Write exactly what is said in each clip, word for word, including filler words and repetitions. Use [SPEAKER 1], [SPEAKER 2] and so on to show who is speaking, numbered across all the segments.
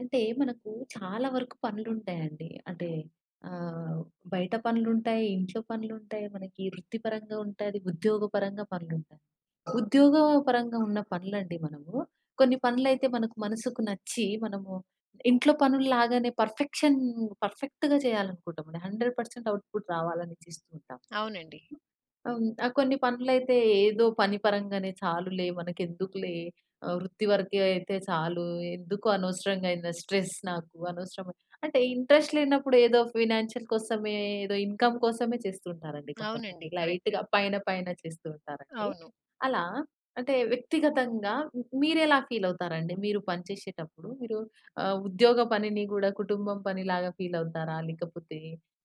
[SPEAKER 1] అంటే మనకు చాలా వరకు పనులుంటాయండి. అంటే ఆహ్, బయట పనులుంటాయి, ఇంట్లో పనులుంటాయి, మనకి వృత్తిపరంగా ఉంటది, ఉద్యోగపరంగా పనులుంటాయి. ఉద్యోగపరంగా ఉన్న పనులండి మనము. కొన్ని పనులైతే మనకు మనసుకు నచ్చి మనము ఇంట్లో పనుల్లాగానే పర్ఫెక్షన్ పర్ఫెక్ట్‌గా చేయాలనుకుంటామండి. నూరు శాతం అవుట్‌పుట్ రావాలని చేస్తూ ఉంటాం.
[SPEAKER 2] అవునండి.
[SPEAKER 1] అవును. ఆ! కొన్ని పనులైతే ఏదో పని పరంగానే చాలులే మనకెందుకులే ఆహ్, వృత్తి వరకే అయితే చాలు. ఎందుకు అనవసరంగా ఇంత స్ట్రెస్ నాకు అనవసరం. అంటే ఇంట్రెస్ట్ లేనప్పుడు ఏదో ఫైనాన్షియల్ కోసమే ఏదో ఇన్‌కమ్ కోసమే చేస్తుంటారండి కొంతమంది.
[SPEAKER 2] అవునండి. కరెక్ట్.
[SPEAKER 1] లైట్‌గా పైన పైన చేస్తూ ఉంటారండి.
[SPEAKER 2] అవును.
[SPEAKER 1] అలా అంటే వ్యక్తిగతంగా మ్ మీరెలా ఫీల్ అవుతారండి? మీరు పని చేసేటప్పుడు మీరు ఆహ్, ఉద్యోగ పనిని గూడా కుటుంబం పనిలాగా ఫీల్ అవుతారా? లేకపోతే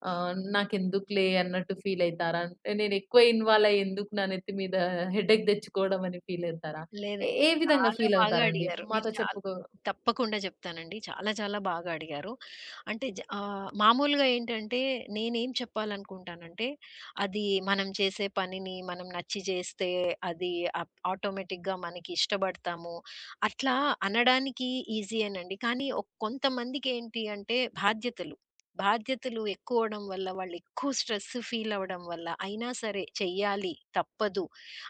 [SPEAKER 1] ఆహ్, నాకెందుకులే అన్నట్టు ఫీల్ అయితారా? అంటే నేనెక్కువ ఇన్వాల్వ్ అయ్యి ఎందుకు నా నెత్తి మీద హెడేక్ తెచ్చుకోవడం అని ఫీల్ అయితారా?
[SPEAKER 2] లేదండి.
[SPEAKER 1] ఏ ఏ విధంగా
[SPEAKER 2] చాలా
[SPEAKER 1] ఫీల్
[SPEAKER 2] బాగా
[SPEAKER 1] అవుతారండి?
[SPEAKER 2] అడిగారు. మీరు
[SPEAKER 1] మాతో
[SPEAKER 2] చాలా
[SPEAKER 1] చెప్పుకో.
[SPEAKER 2] తప్పకుండా చెప్తానండి. చాలా చాలా బాగా అడిగారు. అంటే జ ఆహ్, మామూలుగా ఏంటంటే, నేనేం చెప్పాలనుకుంటానంటే, అది మనం చేసే పనిని మనం నచ్చి చేస్తే అది అప్ ఆటోమేటిక్‌గా మనకి ఇష్టపడతాము. అట్లా అనడానికి ఈజీయేనండి. కానీ ఒ కొంతమందికేంటి అంటే బాధ్యతలు. బాధ్యతలు ఎక్కువవడం వల్ల, వాళ్ళు ఎక్కువ స్ట్రెస్ ఫీల్ అవ్వడం వల్ల అయినా సరే చెయ్యాలి తప్పదు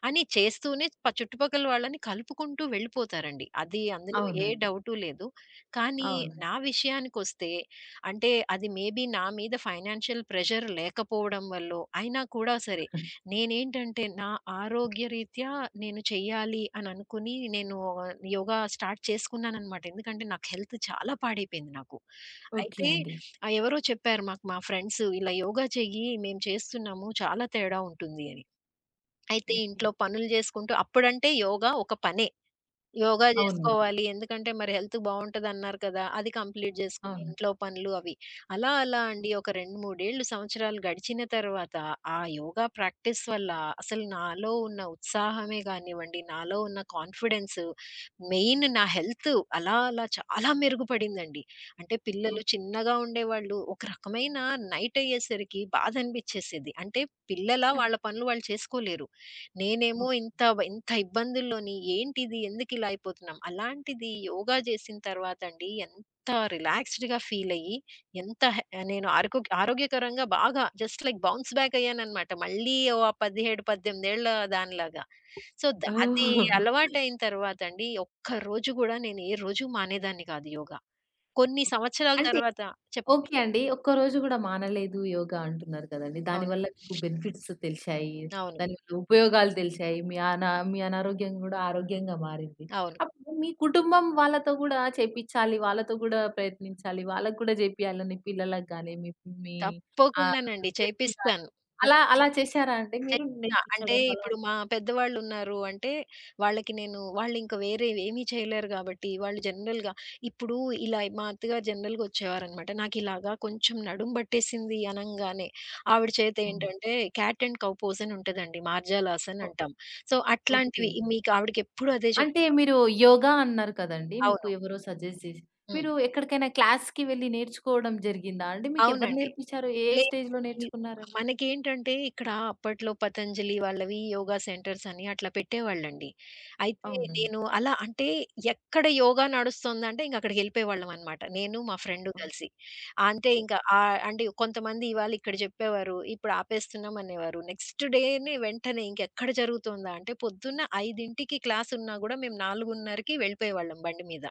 [SPEAKER 2] అని చేస్తూనే ప చుట్టుపక్కల వాళ్ళని కలుపుకుంటూ వెళ్ళిపోతారండి. అది అందులో ఏ
[SPEAKER 1] అవునండి.
[SPEAKER 2] డౌటు లేదు. కానీ
[SPEAKER 1] అవునండి.
[SPEAKER 2] నా విషయానికొస్తే, అంటే అది మేబీ నా మీద ఫైనాన్షియల్ ప్రెషర్ లేకపోవడం వల్లో అయినా కూడా సరే, నేనేంటంటే నా ఆరోగ్యరీత్యా నేను చెయ్యాలి అని అనుకుని నేను యోగా స్టార్ట్ చేసుకున్నాననమాట. ఎందుకంటే నాకు హెల్త్ చాలా పాడైపోయింది నాకు.
[SPEAKER 1] ఓకే
[SPEAKER 2] అయితే
[SPEAKER 1] అండి.
[SPEAKER 2] ఆహ్, ఎవరో చెప్పారు మాకు, మా ఫ్రెండ్స్, "ఇలా యోగా చెయ్యి, మేము చేస్తున్నాము, చాలా తేడా ఉంటుంది" అని. అయితే
[SPEAKER 1] ఓకే.
[SPEAKER 2] ఇంట్లో పనులు చేసుకుంటూ అప్పుడంటే యోగా ఒక పనే. యోగా
[SPEAKER 1] అవునండి.
[SPEAKER 2] జేసుకోవాలి, ఎందుకంటే మరి హెల్త్ బావుంటదన్నారు కదా! అది కంప్లీట్ జేసుకుని
[SPEAKER 1] అవును.
[SPEAKER 2] ఇంట్లో పనులు అవి. అలా అలా అండి ఒక రెండు, మూడు ఏళ్ళు సంవత్సరాలు గడిచిన తర్వాత ఆ యోగా ప్రాక్టీస్ వల్ల అసలు నాలో ఉన్న ఉత్సాహమే గానివ్వండి, నాలో ఉన్న కాన్ఫిడెన్స్, మెయిన్ నా హెల్త్ అలా అలా చాలా మెరుగుపడిందండి. అంటే పిల్లలు
[SPEAKER 1] ఓకే.
[SPEAKER 2] చిన్నగా ఉండేవాళ్ళు. ఒక రకమైన నైట్ అయ్యేసరికి బాధనిపిచ్చేసేది. అంటే పిల్లలా
[SPEAKER 1] అన్.
[SPEAKER 2] వాళ్ళ పనులు వాళ్ళు చేసుకోలేరు. నేనేమో ఇంత బ ఇంత ఇబ్బందుల్లోని ఏంటిది? ఎందుకిలా అయిపోతున్నాం? అలాంటిది యోగా చేసిన తర్వాత అండి ఎంత రిలాక్స్‌డ్‌గా ఫీల్ అయ్యి, ఎంత హె నేను ఆరోగ్య ఆరోగ్యకరంగా బాగా జస్ట్ లైక్ బౌన్స్ బ్యాక్ అయ్యాననమాట. మళ్ళీ ఓ పదిహేడు, పద్దెనిమిది ఏళ్ల దానిలాగా. సో, ద అది
[SPEAKER 1] ఓహ్!
[SPEAKER 2] అలవాటయిన తర్వాత అండి, ఒక్కరోజు కూడా నేను ఏ రోజు మానేదాన్ని కాదు యోగా. కొన్ని సంవత్సరాల
[SPEAKER 1] అంటే
[SPEAKER 2] తర్వాత చెప్పండి.
[SPEAKER 1] ఓకే అండి. ఒక్కరోజు గూడా మానలేదు యోగా అంటున్నారు కదండీ.
[SPEAKER 2] అవును.
[SPEAKER 1] దానివల్ల మీకు బెనిఫిట్స్ తెలిశాయి.
[SPEAKER 2] అవును.
[SPEAKER 1] దానివల్ల ఉపయోగాలు తెలిశాయి. మీ అనా మీ అనారోగ్యం గూడా ఆరోగ్యంగా మారింది.
[SPEAKER 2] అవును.
[SPEAKER 1] అప్పుడు మీ కుటుంబం వాళ్ళతో గూడా చేపిచ్చాలి. వాళ్ళతో గూడా ప్రయత్నించాలి. వాళ్ళకి గూడా జేపియాలని పిల్లలకి గాని, మీ మీ ఆహ్,
[SPEAKER 2] తప్పకుండానండి,
[SPEAKER 1] హస్బెండ్‌కి గాని
[SPEAKER 2] చేపిస్తాను. తప్
[SPEAKER 1] అలా అలా చేశారా అండి మీరు
[SPEAKER 2] చేస్తా. అంటే
[SPEAKER 1] నేర్పించడం అలా?
[SPEAKER 2] ఇప్పుడు మా పెద్దవాళ్ళున్నారు అంటే, వాళ్ళకి నేను, వాళ్ళింక వేరేవేమీ చేయలేరు గాబట్టి, వాళ్ళు జనరల్‌గా ఇప్పుడు ఇలా మా అత్తగారు జనరల్‌గా వచ్చేవారనమాట. నాకిలాగా కొంచెం నడుము బట్టేసింది అనంగానే, ఆవిడ చేత
[SPEAKER 1] హ్మ్.
[SPEAKER 2] ఏంటంటే క్యాట్ అండ్ కౌ పోజ్ అని ఉంటదండి. మార్జాలాస్ అని
[SPEAKER 1] ఓ.
[SPEAKER 2] అంటాం. So,
[SPEAKER 1] okay.
[SPEAKER 2] అట్లాంటివి మీకు ఆవిడకెప్పుడు అదే చెప్తా.
[SPEAKER 1] అంటే మీరు యోగా అన్నారు కదండీ! మీకు
[SPEAKER 2] అవును.
[SPEAKER 1] ఎవరో సజెస్ట్ చేసి.
[SPEAKER 2] హ్మ్.
[SPEAKER 1] మీరు ఎక్కడికైనా క్లాస్‌కి వెళ్లి నేర్చుకోవడం జరిగిందా అండి? మీకు ఎవరు
[SPEAKER 2] అవునండి.
[SPEAKER 1] నేర్పించారు? ఏ
[SPEAKER 2] లే
[SPEAKER 1] స్టేజ్‌లో
[SPEAKER 2] ఇ
[SPEAKER 1] నేర్చుకున్నారండి?
[SPEAKER 2] మనకేంటంటే ఇక్కడ అప్పట్లో పతంజలి వాళ్ళవి యోగా సెంటర్స్ అని అట్లా పెట్టేవాళ్ళండి. అయితే
[SPEAKER 1] అవునండి.
[SPEAKER 2] నేను అలా అంటే ఎక్కడ యోగా నడుస్తుందంటే ఇంక అక్కడికెళ్ళిపోయేవాళ్ళమనమాట, నేను మా ఫ్రెండ్
[SPEAKER 1] ఓకే.
[SPEAKER 2] కలిసి. అంతే. ఇంకా ఆహ్, అంటే కొంతమంది ఇవాళ ఇక్కడ చెప్పేవారు. ఇప్పుడు ఆపేస్తున్నాం అనేవారు. నెక్స్ట్ డేనే వెంటనే ఇంకెక్కడ జరుగుతుందా అంటే పొద్దున్న ఐదుకి క్లాస్ ఉన్నా గూడా మేము 4:30కి వెళ్ళిపోయేవాళ్ళం బండి మీద.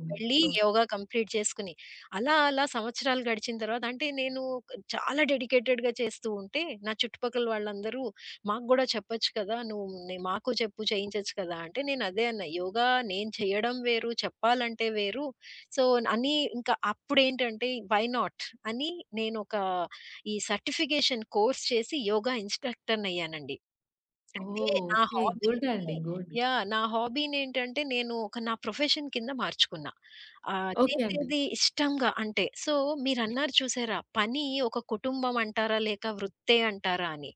[SPEAKER 1] హ్మ్.
[SPEAKER 2] వెళ్ళి
[SPEAKER 1] ఓహ్!
[SPEAKER 2] యోగా కంప్లీట్ చేసుకొని. అలా అలా సంవత్సరాలు గడిచిన తర్వాత, అంటే నేను ఒక చాలా డెడికేటెడ్‌గా చేస్తూ ఉంటే నా చుట్టుపక్కల వాళ్ళందరూ, "మాకు గూడా చెప్పొచ్చు కదా! నువ్వు నే మాకు చెప్పు, చేయించొచ్చు కదా!" అంటే నేను అదే అన్నా, "యోగా నేను చేయడం వేరు, చెప్పాలంటే వేరు." సో, అని, ఇంకా అప్పుడేంటంటే వై నాట్ అని నేనొక ఈ సర్టిఫికేషన్ కోర్స్ చేసి యోగా ఇన్‌స్ట్రక్టర్‌నయ్యానండి. అంటే
[SPEAKER 1] ఓహ్!
[SPEAKER 2] నా
[SPEAKER 1] ఓకే.
[SPEAKER 2] హాబీని,
[SPEAKER 1] గుడ్ అండి. గుడ్.
[SPEAKER 2] యాహ్, నా హాబీనేంటంటే, నేను ఒక నా ప్రొఫెషన్ కింద మార్చుకున్నా. ఆహ్,
[SPEAKER 1] ఓకే అండి.
[SPEAKER 2] చేసేది ఇష్టంగా అంటే. సో మీరన్నారు చూసారా? పని ఒక కుటుంబం అంటారా? లేక వృత్తే అంటారా అని.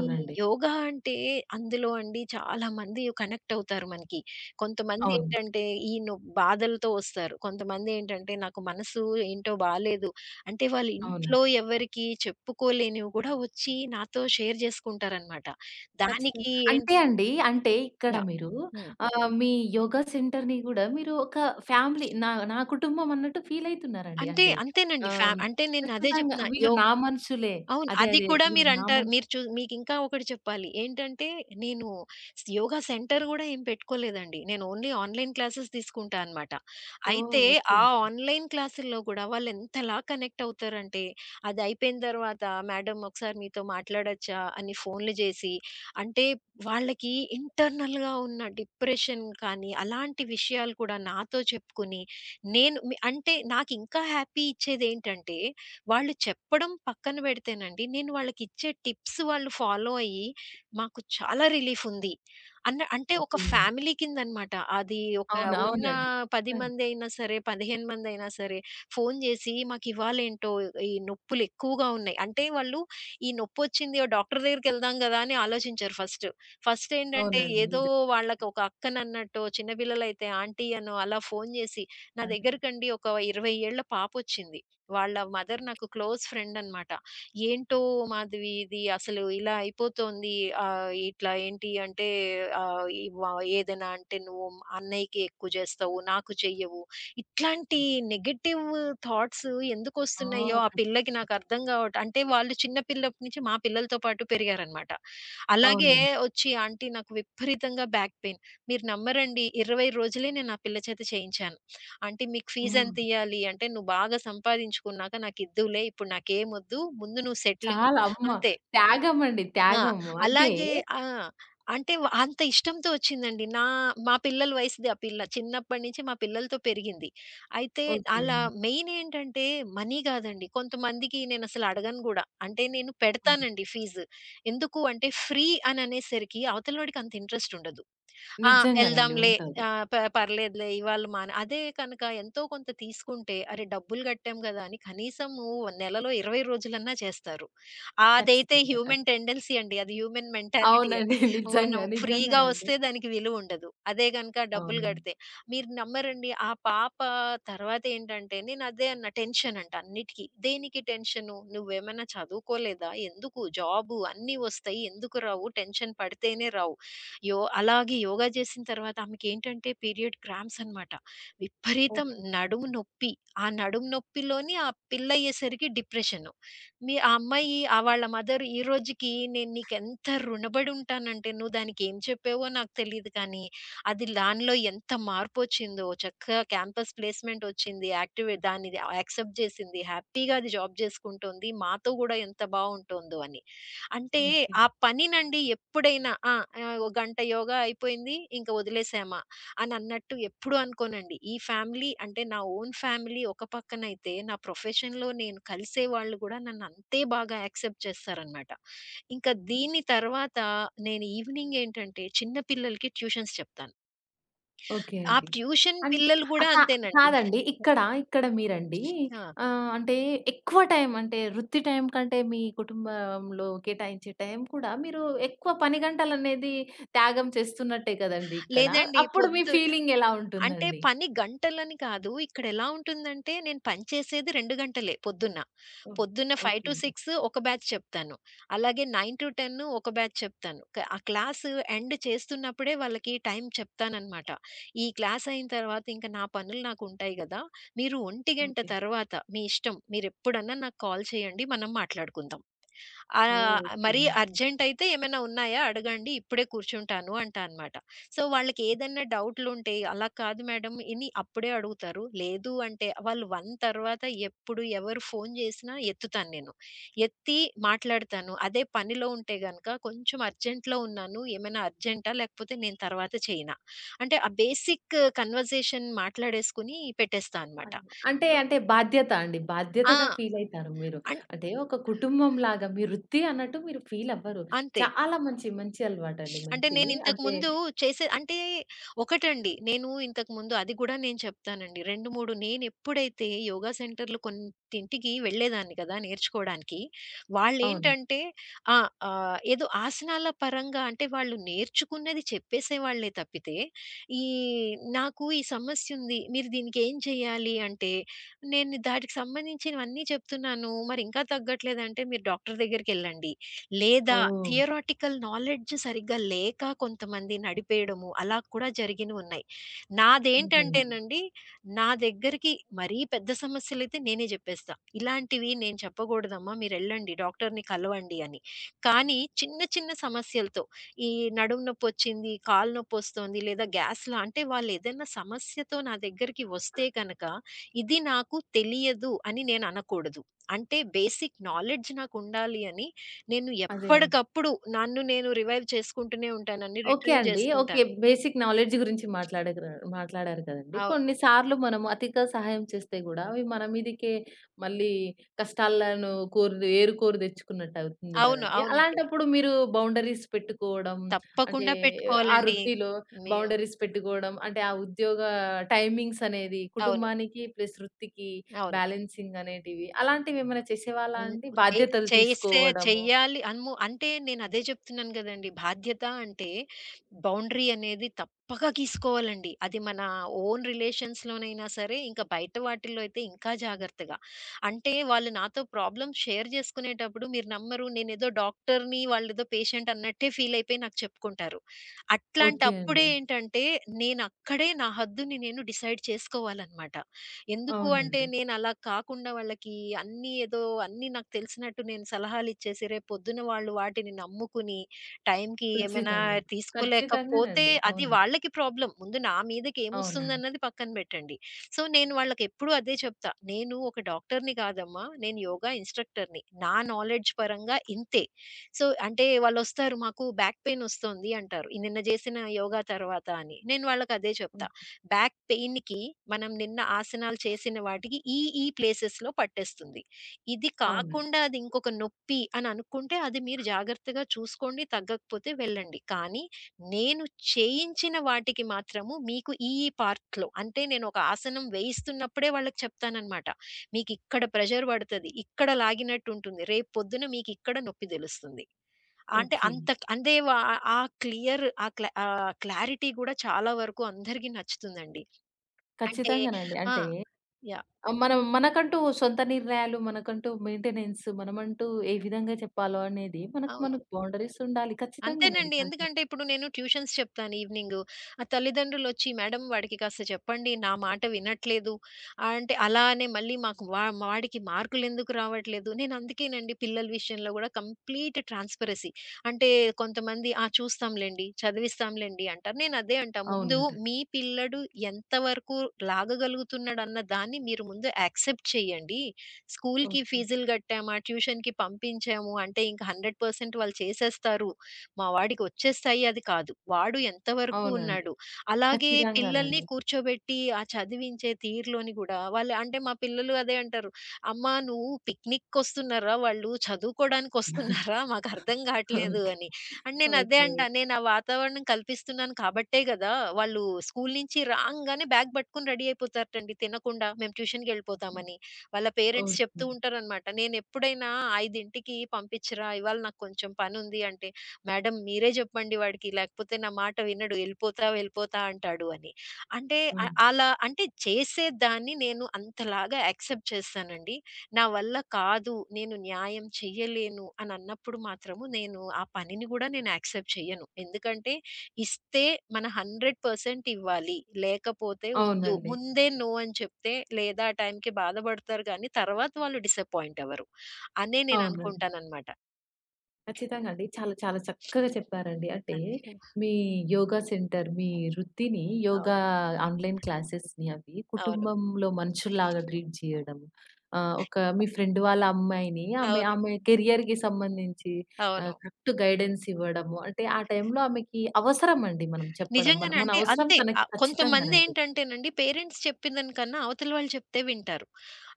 [SPEAKER 2] ఈ యోగా అంటే అందులో అండి చాలామంది కనెక్ట్ అవుతారు మనకి. కొంతమంది
[SPEAKER 1] అవును.
[SPEAKER 2] ఏంటంటే ఈ నొ బాధలతో వస్తారు. కొంతమంది ఏంటంటే నాకు మనసు ఏంటో బాలేదు, అంటే వాళ్ళు ఇంట్లో
[SPEAKER 1] అవునండి.
[SPEAKER 2] ఎవరికీ చెప్పుకోలేనివి కూడా వచ్చి నాతో షేర్ చేసుకుంటారనమాట.
[SPEAKER 1] ఖచ్చితంగా.
[SPEAKER 2] దానికి ఏంటి,
[SPEAKER 1] అంటే అండి అంటే ఇక్కడ
[SPEAKER 2] యాహ్.
[SPEAKER 1] మీరు
[SPEAKER 2] హ్మ్.
[SPEAKER 1] ఆహ్, మీ యోగా సెంటర్‌ని గూడా మీరు ఒక ఫ్యామిలీ నా నా కుటుంబం అన్నట్టు ఫీల్ అయితున్నారండి.
[SPEAKER 2] అంటే
[SPEAKER 1] అంటే
[SPEAKER 2] అంతేనండి. ఫ్యా
[SPEAKER 1] ఆహ్,
[SPEAKER 2] అంటే నేను అదే
[SPEAKER 1] ఖచ్చితంగా
[SPEAKER 2] చెప్తున్నా.
[SPEAKER 1] వీళ్ళు
[SPEAKER 2] యో
[SPEAKER 1] నా మనుషులే.
[SPEAKER 2] అవును.
[SPEAKER 1] అదే.
[SPEAKER 2] అది
[SPEAKER 1] అదే.
[SPEAKER 2] కూడా
[SPEAKER 1] వీళ్ళు నా
[SPEAKER 2] మీరంటారు. మీరు
[SPEAKER 1] మనుషులే.
[SPEAKER 2] చూ మీకింకా ఒకటి చెప్పాలి. ఏంటంటే, నేను స్ యోగా సెంటర్ గూడా ఏం పెట్టుకోలేదండి. నేను ఓన్లీ ఆన్‌లైన్ క్లాసెస్ తీసుకుంటా అనమాట.
[SPEAKER 1] ఓహ్!
[SPEAKER 2] అయితే
[SPEAKER 1] ఓకే
[SPEAKER 2] ఆ
[SPEAKER 1] అండి.
[SPEAKER 2] ఆన్‌లైన్ క్లాసుల్లో గూడా వాళ్ళెంతలా కనెక్ట్ అవుతారంటే, అదయిపోయిన తర్వాత, "మేడమ్, ఒకసారి మీతో మాట్లాడొచ్చా?" అని ఫోన్‌లు జేసి, అంటే వాళ్ళకి ఇంటర్నల్‌గా ఉన్న డిప్రెషన్ కానీ, అలాంటి విషయాలు కూడా నాతో చెప్పుకుని, నేను మి అంటే నాకింకా హ్యాపీ ఇచ్చేదేంటంటే, వాళ్ళు చెప్పడం పక్కన పెడితేనండి, నేను వాళ్ళకిచ్చే టిప్స్ వాళ్ళు ఫాలో అయ్యి, మాకు చాలా రిలీఫుంది అన్న, అంటే ఒక
[SPEAKER 1] ఓకే.
[SPEAKER 2] ఫ్యామిలీ కిందనమాట. అది ఒక
[SPEAKER 1] అవును.
[SPEAKER 2] ఉన్న
[SPEAKER 1] అవునండి.
[SPEAKER 2] పది
[SPEAKER 1] నిజంగా.
[SPEAKER 2] మందయినా సరే, పదిహేను మందయినా సరే, ఫోను చేసి మాకివాళేంటో ఈ నొప్పులెక్కువగా ఉన్నాయి. అంటే వాళ్ళు ఈ నొప్పొచ్చింది ఓ డాక్టర్ దగ్గరికెళ్దాం గదా అని ఆలోచించరు ఫస్ట్. ఫస్టేంటంటే
[SPEAKER 1] అవునండి.
[SPEAKER 2] ఏదో
[SPEAKER 1] నిజం.
[SPEAKER 2] వాళ్ళకొక అక్కనన్నట్టో, చిన్నపిల్లలైతే ఆంటీ అనో అలా ఫోను చేసి. నా
[SPEAKER 1] అదే.
[SPEAKER 2] దగ్గరకండి ఒక ఇరవై ఏళ్ల పాపొచ్చింది. వాళ్ళ మదర్ నాకు క్లోజ్ ఫ్రెండ్ అన్నమాట. "ఏంటో మాధవి, ఇది అసలు ఇలా అయిపోతోంది. ఆహ్, ఇట్లా ఏంటి అంటే, ఆహ్, ఈ వ ఏదైనా అంటే నువ్వు అన్నయ్యకి ఎక్కువ చేస్తావు, నాకు చెయ్యవు." ఇట్లాంటి నెగెటివ్ థాట్స్
[SPEAKER 1] ఆ!
[SPEAKER 2] ఎందుకొస్తున్నాయో ఆ
[SPEAKER 1] కష్.
[SPEAKER 2] పిల్లకి నాకు అర్థం కావట్ అంటే వాళ్ళు చిన్న పిల్లప్పటి నుంచి మా పిల్లలతో పాటు పెరిగారన్నమాట. అలాగే
[SPEAKER 1] అవునండి.
[SPEAKER 2] వచ్చి, ఆంటీ నాకు విపరీతంగా బ్యాక్ పెయిన్. మీరు నమ్మరండి, ఇరవై రోజులే నేను ఆ పిల్ల చేత చేయించాను. అంటే మీకు
[SPEAKER 1] హ్మ్.
[SPEAKER 2] ఫీజెంతియ్యాలి అంటే, "నువ్వు బాగా సంపాదించుకున్నాక నాకిద్దువులే, ఇప్పుడు నాకేమొద్దు. ముందు నువ్వు సెటిలవ్వు."
[SPEAKER 1] చాలా అమ్మ
[SPEAKER 2] అంతే.
[SPEAKER 1] త్యాగం అండి.
[SPEAKER 2] ఆ!
[SPEAKER 1] త్యాగం. అంటే
[SPEAKER 2] అలాగే, ఆ! అంటే వ అంత ఇష్టంతో ఒచ్చిందండి. నా మా పిల్లల వయసుది ఆ పిల్ల. చిన్నప్పటి నుంచి మా పిల్లలతో పెరిగింది. అయితే
[SPEAKER 1] ఓకే
[SPEAKER 2] అలా
[SPEAKER 1] అండి.
[SPEAKER 2] మెయినేంటంటే మనీ గాదండి. కొంతమందికి నేనసలు అడగను గూడా. అంటే నేను
[SPEAKER 1] అవును.
[SPEAKER 2] పెడతానండి ఫీజు. ఎందుకు అంటే ఫ్రీ అననేసరికి అవతలోడికంత ఇంట్రెస్టుండదు. ఆ!
[SPEAKER 1] నిజంగానండి.
[SPEAKER 2] ఎళ్దాంలే.
[SPEAKER 1] ఉంటాదు.
[SPEAKER 2] ఆ! ప పర్లేదులే ఇవాళ మాన అదే కనుక ఎంతో కొంత తీసుకుంటే, అరే! డబ్బులు కట్టాం గదా! అని కనీసము నెలలో ఇరవై రోజులన్నా చేస్తారు. అదైతే
[SPEAKER 1] ఖచ్చితంగా.
[SPEAKER 2] హ్యూమన్
[SPEAKER 1] ఖచ్చి.
[SPEAKER 2] టెండెన్సీ అండి. అది హ్యూమన్ మెంటాలిటీ అది.
[SPEAKER 1] అవునండి.
[SPEAKER 2] మనం
[SPEAKER 1] నిజంగా.
[SPEAKER 2] ఫ్రీగా
[SPEAKER 1] నిజంగానండి.
[SPEAKER 2] వస్తే దానికి విలువ ఉండదు. అదే గనుక డబ్బులు
[SPEAKER 1] అవునండి.
[SPEAKER 2] కడితే. మీరు నమ్మరండి, ఆ పాప తర్వాత ఏంటంటే, నేను అదే అన్న, టెన్షన్ అంట అన్నిటికి. దేనికి టెన్షను? నువ్వేమన్నా చదువుకోలేదా? ఎందుకు? జాబు అన్నీ వస్తాయి. ఎందుకు రావు? టెన్షన్ పడితేనే రావు. యో అలాగే యోగా చేసిన తర్వాత ఆమెకేంటంటే పీరియడ్ క్రాంప్స్ అనమాట. విపరీతం
[SPEAKER 1] ఓకే.
[SPEAKER 2] నడుము నొప్పి. ఆ నడుము నొప్పిలోని ఆ పిల్లయ్యేసరికి డిప్రెషను. మీ ఆ అమ్మాయి, ఆ వాళ్ళ మదర్, ఈ రోజుకి నేను నీకెంత రుణబడి ఉంటానంటే, నువ్వు దానికేం చెప్పావో నాకు తెలీదు కానీ, అది దానిలో ఎంత మార్పొచ్చిందో, చక్కగా క్యాంపస్ ప్లేస్‌మెంట్ వచ్చింది. యాక్టివే దాన్ని యాక్సెప్ట్ చేసింది. హ్యాపీగా అది జాబ్ చేసుకుంటోంది. మాతో గూడా ఎంత బావుంటోందో అని. అంటే
[SPEAKER 1] ఓకే.
[SPEAKER 2] ఆ పనినండి ఎప్పుడైనా ఆ! ఆహ్, ఓ గంట యోగా అయిపోయింది, ఇంక వదిలేసామా అనన్నట్టు ఎప్పుడు అనుకోనండి. ఈ ఫ్యామిలీ అంటే, నా ఓన్ ఫ్యామిలీ ఒక పక్కనైతే, నా ప్రొఫెషన్‌లో నేను కలిసే వాళ్ళు గూడా నన్నంతే బాగా యాక్సెప్ట్ చేస్తారనమాట. ఇంకా దీని తర్వాత నేను ఈవినింగ్ ఏంటంటే చిన్న పిల్లలకి ట్యూషన్స్ చెప్తాను.
[SPEAKER 1] ఓకే
[SPEAKER 2] ఆ
[SPEAKER 1] అండి.
[SPEAKER 2] ట్యూషన్
[SPEAKER 1] అన్.
[SPEAKER 2] పిల్లలు గూడా
[SPEAKER 1] ఆహ్, కా
[SPEAKER 2] అంతేనండి.
[SPEAKER 1] కాదండి. ఇక్కడ, ఇక్కడ మీరండి
[SPEAKER 2] ఆ!
[SPEAKER 1] ఆహ్, అంటే ఎక్కువ టైం అంటే వృత్తి టైం కంటే మీ కుటుంబంలో కేటాయించే టైం కూడా మీరు ఎక్కువ పని గంటలనేది త్యాగం చేస్తున్నట్టే కదండీ ఇక్కడ.
[SPEAKER 2] లేదండి,
[SPEAKER 1] అప్పుడు మీ
[SPEAKER 2] పొద్దున
[SPEAKER 1] ఫీలింగ్ ఎలా
[SPEAKER 2] అంటే
[SPEAKER 1] ఉంటుందండి?
[SPEAKER 2] పని గంటలని కాదు. ఇక్కడెలా ఉంటుందంటే, నేను పని చేసేది రెండు గంటలే పొద్దున్న.
[SPEAKER 1] ఓహ్!
[SPEAKER 2] పొద్దున్న
[SPEAKER 1] ఓకే అండి.
[SPEAKER 2] ఐదు ఆరు ఒక బ్యాచ్ చెప్తాను. అలాగే తొమ్మిది పది ఒక బ్యాచ్ చెప్తాను. క ఆ క్లాస్ ఎండ్ చేస్తున్నప్పుడే వాళ్ళకి టైం చెప్తాననమాట. ఈ క్లాస్ అయిన తర్వాత ఇంక నా పనులు నాకుంటాయి గదా! మీరు ఒక గంట
[SPEAKER 1] ఓకే.
[SPEAKER 2] తర్వాత మీ ఇష్టం, మీరెప్పుడన్నా నాకు కాల్ చేయండి. మనం మాట్లాడుకుందాం. ఆ!
[SPEAKER 1] ఓహ్! ఓకే.
[SPEAKER 2] మరీ అర్జెంటయితే ఏమైనా ఉన్నాయా అడగండి. ఇప్పుడే కూర్చుంటాను అంటా అన్నమాట. సో, వాళ్ళకేదన్నా డౌట్‌లుంటే, అలా కాదు మేడం ఇని అప్పుడే అడుగుతారు. లేదు అంటే వాళ్ళు ఒకటి తర్వాత ఎప్పుడు ఎవరు ఫోను చేసినా ఎత్తుతాను నేను. ఎత్తి మాట్లాడతాను. అదే పనిలో ఉంటే గనక కొంచెం అర్జెంట్‌లో ఉన్నాను, ఏమైనా అర్జెంటా? లేకపోతే నేను తర్వాత చేయనా? అంటే ఆ బేసిక్ కన్వర్జేషన్ మాట్లాడేసుకొని పెట్టేస్తా అన్నమాట.
[SPEAKER 1] అదే. అంటే,
[SPEAKER 2] సో
[SPEAKER 1] అంటే బాధ్యత అండి.
[SPEAKER 2] ఆ!
[SPEAKER 1] బాధ్యతగా ఫీల్ అయితారు మీరు.
[SPEAKER 2] అన్
[SPEAKER 1] అంటే ఒక కుటుంబంలాగా మీ వృత్తి అన్నట్టు మీరు ఫీల్ అవ్వరు.
[SPEAKER 2] అంతే.
[SPEAKER 1] చాలా మంచి, మంచి అలవాటండి.
[SPEAKER 2] అంటే
[SPEAKER 1] మంచి అంటే
[SPEAKER 2] నేనింతకుముందు చేసే అంటే ఒకటండి, నేను ఇంతకుముందు అది గూడా నేను చెప్తానండి. రెండు, మూడు నేనెప్పుడైతే యోగా సెంటర్‌లు కొన్నింటికి వెళ్ళేదాన్ని కదా! నేర్చుకోవడానికి.
[SPEAKER 1] అవును.
[SPEAKER 2] వాళ్ళేంటంటే ఆ! ఆహ్, ఏదో ఆసనాల పరంగా అంటే వాళ్ళు నేర్చుకున్నది చెప్పేసేవాళ్ళే తప్పితే, ఈ నాకు ఈ సమస్యుంది, మీరు దీనికేం చేయాలి అంటే, నేను దాటికి సంబంధించినవన్నీ చెప్తున్నాను. మరింకా తగ్గట్లేదంటే మీరు డాక్టర్ దగ్గరికెళ్ళండి. లేదా
[SPEAKER 1] ఓహ్!
[SPEAKER 2] థియరాటికల్ నాలెడ్జ్ సరిగ్గా లేక కొంతమంది నడిపేయడము అలా కూడా జరిగినున్నాయి.
[SPEAKER 1] నిజంగానే.
[SPEAKER 2] నాదేంటంటేనండి, నా దగ్గరికి మరీ పెద్ద సమస్యలైతే నేనే జెప్పేస్తా. ఇలాంటివి నేను చెప్పకూడదమ్మా, మీరెళ్ళండి డాక్టర్‌ని కలవండి అని. కానీ చిన్న చిన్న సమస్యలతో, ఈ నడుము నొప్పొచ్చింది, కాలు నొప్పొస్తోంది, లేదా గ్యాస్‌లా అంటే, వాళ్ళేదైనా సమస్యతో నా దగ్గరికి వస్తే గనక ఇది నాకు తెలియదు అని నేననకూడదు. అంటే బేసిక్ నాలెడ్జ్ నాకుండాలి అని నేను
[SPEAKER 1] అదే అండి.
[SPEAKER 2] ఎప్పటికప్పుడు నన్ను నేను రివైవ్ చేసుకుంటూనే ఉంటానండి.
[SPEAKER 1] ఓకే
[SPEAKER 2] రిట్రీవ్
[SPEAKER 1] అండి. ఓకే.
[SPEAKER 2] చేసుకుంటాను.
[SPEAKER 1] బేసిక్ నాలెడ్జ్ గురించి మాట్లాడగర మాట్లాడారు కదండీ.
[SPEAKER 2] అవును.
[SPEAKER 1] కొన్ని సార్లు మనము అతిగా సహాయం చేస్తే గూడా అవి మన మీదకే మళ్ళీ కష్టాలను కోరి ఏరుకోరి తెచ్చుకున్నట్టు అవుతుంది
[SPEAKER 2] అవును.
[SPEAKER 1] గదండీ.
[SPEAKER 2] అవునండి.
[SPEAKER 1] అలాంటప్పుడు మీరు బౌండరీస్ పెట్టుకోవడం అంటే
[SPEAKER 2] తప్పకుండా
[SPEAKER 1] ఆ
[SPEAKER 2] పెట్టుకోవాలండి.
[SPEAKER 1] వృత్తిలో
[SPEAKER 2] మీ
[SPEAKER 1] బౌండరీస్ పెట్టుకోవడం అంటే ఆ ఉద్యోగ టైమింగ్స్ అనేది
[SPEAKER 2] అవును.
[SPEAKER 1] కుటుంబానికి ప్లస్ వృత్తికి
[SPEAKER 2] అవును.
[SPEAKER 1] బ్యాలెన్సింగ్ అనేటివి అలాంటివేమైనా చేసేవాళ్ళా
[SPEAKER 2] హ్మ్.
[SPEAKER 1] అండి?
[SPEAKER 2] చే
[SPEAKER 1] బాధ్యతలు
[SPEAKER 2] చేస్తే
[SPEAKER 1] తీసుకోవడము.
[SPEAKER 2] చెయ్యాలి అమ్ము, అంటే నేనదే జెప్తున్నాను గదండీ. బాధ్యత అంటే బౌండరీ అనేది తప్పక గీసుకోవాలండి. అది మన ఓన్ రిలేషన్స్‌లోనైనా సరే, ఇంకా బయట వాటిల్లో అయితే ఇంకా జాగ్రత్తగా. అంటే వాళ్ళు నాతో ప్రాబ్లమ్స్ షేర్ జేసుకునేటప్పుడు, మీరు నమ్మరు, నేనేదో డాక్టర్‌ని, వాళ్ళేదో పేషెంట్ అన్నట్టే ఫీల్ అయిపోయి నాకు చెప్పుకుంటారు.
[SPEAKER 1] ఓకే
[SPEAKER 2] అట్లాంటప్పుడే
[SPEAKER 1] అండి.
[SPEAKER 2] ఏంటంటే, నేనక్కడే నా హద్దుని నేను డిసైడ్ చేసుకోవాలనమాట. ఎందుకు అంటే
[SPEAKER 1] అవునండి.
[SPEAKER 2] నేనలా కాకుండా వాళ్ళకి అన్నీ ఏదో అన్నీ నాకు తెలిసినట్టు నేను సలహాలిచ్చేసి రేపొద్దున వాళ్ళు వాటిని నమ్ముకుని టైంకి ఏమైనా
[SPEAKER 1] ఖచ్చితంగా.
[SPEAKER 2] తీసుకోలేకపోతే
[SPEAKER 1] ఖచ్చితంగానండి.
[SPEAKER 2] అది
[SPEAKER 1] అవునండి.
[SPEAKER 2] వాళ్ళకి ప్రాబ్లమ్. ముందు నా మీదకి
[SPEAKER 1] అవునండి.
[SPEAKER 2] ఏమొస్తుందన్నది పక్కన పెట్టండి. సో, నేను వాళ్ళకెప్పుడూ అదే చెప్తా. నేను ఒక డాక్టర్‌ని కాదమ్మా. నేను యోగా ఇన్‌స్ట్రక్టర్‌ని. నా నాలెడ్జ్ పరంగా ఇంతే. సో, అంటే వాళ్ళొస్తారు, మాకు బ్యాక్ పెయిన్ ఒస్తోంది అంటారు, ఈ నిన్న చేసిన యోగా తర్వాత అని. నేను వాళ్ళకదే చెప్తా.
[SPEAKER 1] హ్మ్.
[SPEAKER 2] బ్యాక్ పెయిన్‌కి మనం నిన్న ఆసనాలు చేసిన వాటికి ఈ, ఈ ప్లేసెస్‌లో పట్టేస్తుంది. ఇది
[SPEAKER 1] అవునండి.
[SPEAKER 2] కాకుండా అది ఇంకొక నొప్పి అని అనుకుంటే అది మీరు జాగ్రత్తగా చూసుకోండి. తగ్గకపోతే వెళ్ళండి. కానీ నేను చేయించిన వాటికి మాత్రము మీకు ఈ, ఈ పార్ట్‌లో, అంటే నేను ఒక ఆసనం వేయిస్తున్నప్పుడే వాళ్ళకి చెప్తాననమాట. మీకు ఇక్కడ ప్రెషర్ పడతది. ఇక్కడ లాగినట్టు ఉంటుంది. రేపు పొద్దున మీకు ఇక్కడ నొప్పి తెలుస్తుంది. అంటే
[SPEAKER 1] ఓకే.
[SPEAKER 2] అంత అందే వ ఆ క్లియర్ ఆ క్లా ఆహ్, క్లారిటీ గూడా చాలా వరకు అందరికి నచ్చుతుందండి. అంటే
[SPEAKER 1] ఖచ్చితంగానండి.
[SPEAKER 2] ఆ!
[SPEAKER 1] అంటే
[SPEAKER 2] యాహ్!
[SPEAKER 1] ఆహ్, మనం మనకంటూ సొంత నిర్ణయాలు, మనకంటూ మెయింటెనెన్స్, మనమంటూ ఏ విధంగా చెప్పాలో అనేది మనకు
[SPEAKER 2] అవును.
[SPEAKER 1] మనకు బౌండరీస్ ఉండాలి. ఖచ్చితంగానండి.
[SPEAKER 2] అంతేనండి.
[SPEAKER 1] కరెక్ట్.
[SPEAKER 2] ఎందుకంటే ఇప్పుడు నేను ట్యూషన్స్ చెప్తాను ఈవినింగు. ఆ తల్లిదండ్రులొచ్చి, "మేడం వాడికి కాస్త చెప్పండి. నా మాట వినట్లేదు." ఆహ్, అంటే అలా అని మళ్ళీ మాకు వా వాడికి మార్కులెందుకు రావట్లేదు. నేను అందుకేనండి పిల్లల విషయంలో గూడా కంప్లీట్ ట్రాన్స్‌పరసీ. అంటే కొంతమంది, "ఆ! చూస్తాంలెండి, చదివిస్తాంలెండి" అంటారు. నేనదే అంటా, ముందు
[SPEAKER 1] అవునండి.
[SPEAKER 2] మీ పిల్లడు ఎంతవరకు లాగగలుగుతున్నాడన్న దాన్ని మీరు ముందు యాక్సెప్ట్ చేయండి. స్కూల్‌కి
[SPEAKER 1] ఓకే.
[SPEAKER 2] ఫీజులు గట్టామా, ట్యూషన్‌కి పంపించాము అంటే ఇంక నూరు శాతం వాళ్ళు చేసేస్తారు, మా వాడికి వచ్చేస్తాయి అది కాదు. వాడు ఎంతవరకు
[SPEAKER 1] అవునండి.
[SPEAKER 2] ఉన్నాడు. అలాగే పిల్లల్ని
[SPEAKER 1] ఖచ్చితంగానండి.
[SPEAKER 2] కూర్చోబెట్టి ఆ చదివించే తీరులోని గూడా, వాళ్ళు, అంటే మా పిల్లలు అదే అంటారు, "అమ్మా నువ్వు పిక్నిక్‌కొస్తున్నారా? వాళ్ళు చదువుకోడానికొస్తున్నారా? మాకర్థం గాట్లేదు"
[SPEAKER 1] ఓకే.
[SPEAKER 2] అని. అండ్ నేనదే
[SPEAKER 1] ఓకే.
[SPEAKER 2] అంటా, నేను ఆ వాతావరణం కల్పిస్తున్నాను కాబట్టే గదా! వాళ్ళు స్కూలు నుంచి రాంగానే బ్యాగ్ పట్టుకొని రెడీ అయిపోతారండి తినకుండా. మేము ట్యూషన్‌కెళ్ళిపోతామని. వాళ్ళ పేరెంట్స్ చెప్తూ
[SPEAKER 1] ఓకే.
[SPEAKER 2] ఉంటారనమాట. నేనెప్పుడైనా, "5కి పంపించరా ఇవాళ నాకు కొంచెం పనుంది" అంటే, మేడం మీరే చెప్పండి వాడికి, లేకపోతే నా మాట వినడు, ఎళ్ళిపోతా, వెళ్ళిపోతా అంటాడు అని. అంటే అ
[SPEAKER 1] హ్మ్.
[SPEAKER 2] అలా అంటే చేసేదాన్ని నేను అంతలాగా యాక్సెప్ట్ చేస్తానండి. నా వల్ల కాదు, నేను న్యాయం చెయ్యలేను అని అన్నప్పుడు మాత్రము నేను ఆ పనిని గూడా నేను యాక్సెప్ట్ చెయ్యను. ఎందుకంటే ఇస్తే మన నూరు శాతం ఇవ్వాలి. లేకపోతే వద్దు.
[SPEAKER 1] అవునండి.
[SPEAKER 2] ముందే నో అని చెప్తే లేదా ఆ టైంకి బాధపడతారు గానీ తర్వాత వాళ్ళు డిసప్పాయింట్ అవ్వరు అనే నేను
[SPEAKER 1] అవునండి.
[SPEAKER 2] అనుకుంటాననమాట.
[SPEAKER 1] ఖచ్చితంగా అండి. చాలా చాలా చక్కగా చెప్పారండి. అంటే
[SPEAKER 2] అదే.
[SPEAKER 1] మీ యోగా సెంటర్, మీ వృత్తిని
[SPEAKER 2] అవును.
[SPEAKER 1] యోగా ఆన్‌లైన్ క్లాసెస్‌ని అవి
[SPEAKER 2] అవును.
[SPEAKER 1] కుటుంబంలో మనుషుల్లాగా ట్రీట్ చేయడం. ఆహ్, ఒక మీ ఫ్రెండ్ వాళ్ళ అమ్మాయిని ఆమె,
[SPEAKER 2] అవును.
[SPEAKER 1] ఆమె కెరియర్‌కి సంబంధించి
[SPEAKER 2] అవును.
[SPEAKER 1] ఆహ్, కరెక్ట్ గైడెన్స్ ఇవ్వడము. అంటే ఆ టైంలో ఆమెకి అవసరం అండి మనం చెప్పడం. మన,
[SPEAKER 2] నిజంగానే
[SPEAKER 1] మన
[SPEAKER 2] అంటే
[SPEAKER 1] అవసరం
[SPEAKER 2] అంతే.
[SPEAKER 1] తనకి
[SPEAKER 2] ఆహ్,
[SPEAKER 1] ఖచ్చితంగానండి.
[SPEAKER 2] కొంతమందేంటంటేనండి పేరెంట్స్ చెప్పిన దానికన్నా అవతల వాళ్ళు చెప్తే వింటారు.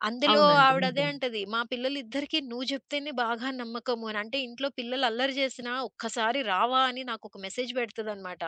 [SPEAKER 2] అందులో
[SPEAKER 1] అవునండి.
[SPEAKER 2] ఆవిడ అదే
[SPEAKER 1] నిజం.
[SPEAKER 2] అంటది, మా పిల్లలిద్దరికీ నువ్వు చెప్తేనే బాగా నమ్మకము అని. అంటే ఇంట్లో పిల్లలు అల్లరి చేసినా ఒక్కసారి రావా అని నాకొక మెసేజ్ పెడతదనమాట.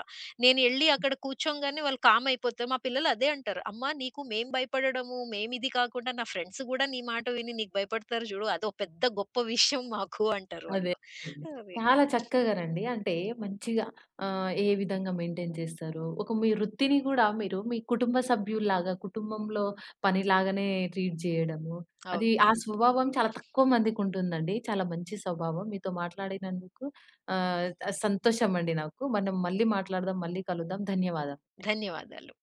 [SPEAKER 2] నేను ఎళ్లి అక్కడ కూర్చోంగానే వాళ్ళు కామ్ అయిపోతారు. మా పిల్లలు అదే అంటారు, అమ్మా నీకు మేము భయపడడము, మేమిది కాకుండా నా ఫ్రెండ్స్ కూడా నీ మాట విని నీకు భయపడతారు చూడు. అదో పెద్ద గొప్ప విషయం మాకు అంటారు
[SPEAKER 1] అదే.
[SPEAKER 2] వాళ్ళు.
[SPEAKER 1] అదేలే.
[SPEAKER 2] అది.
[SPEAKER 1] చాలా చక్కగానండి. అంటే మంచిగా ఆహ్, ఏ విధంగా మెయింటైన్ చేస్తారు? ఒక మీ వృత్తిని గూడా మీరు మీ కుటుంబ సభ్యుల్లాగా, కుటుంబంలో పనిలాగానే ట్రీట్ జేయడము. అది
[SPEAKER 2] అవును.
[SPEAKER 1] ఆ స్వభావం చాలా తక్కువ మందికుంటుందండి. చాలా మంచి స్వభావం. మీతో మాట్లాడినందుకు ఆహ్, సంతోషమండి నాకు. మనం మళ్ళీ మాట్లాడదాం. మళ్ళీ కలుద్దాం. ధన్యవాదాలు.
[SPEAKER 2] ధన్యవాదాలు.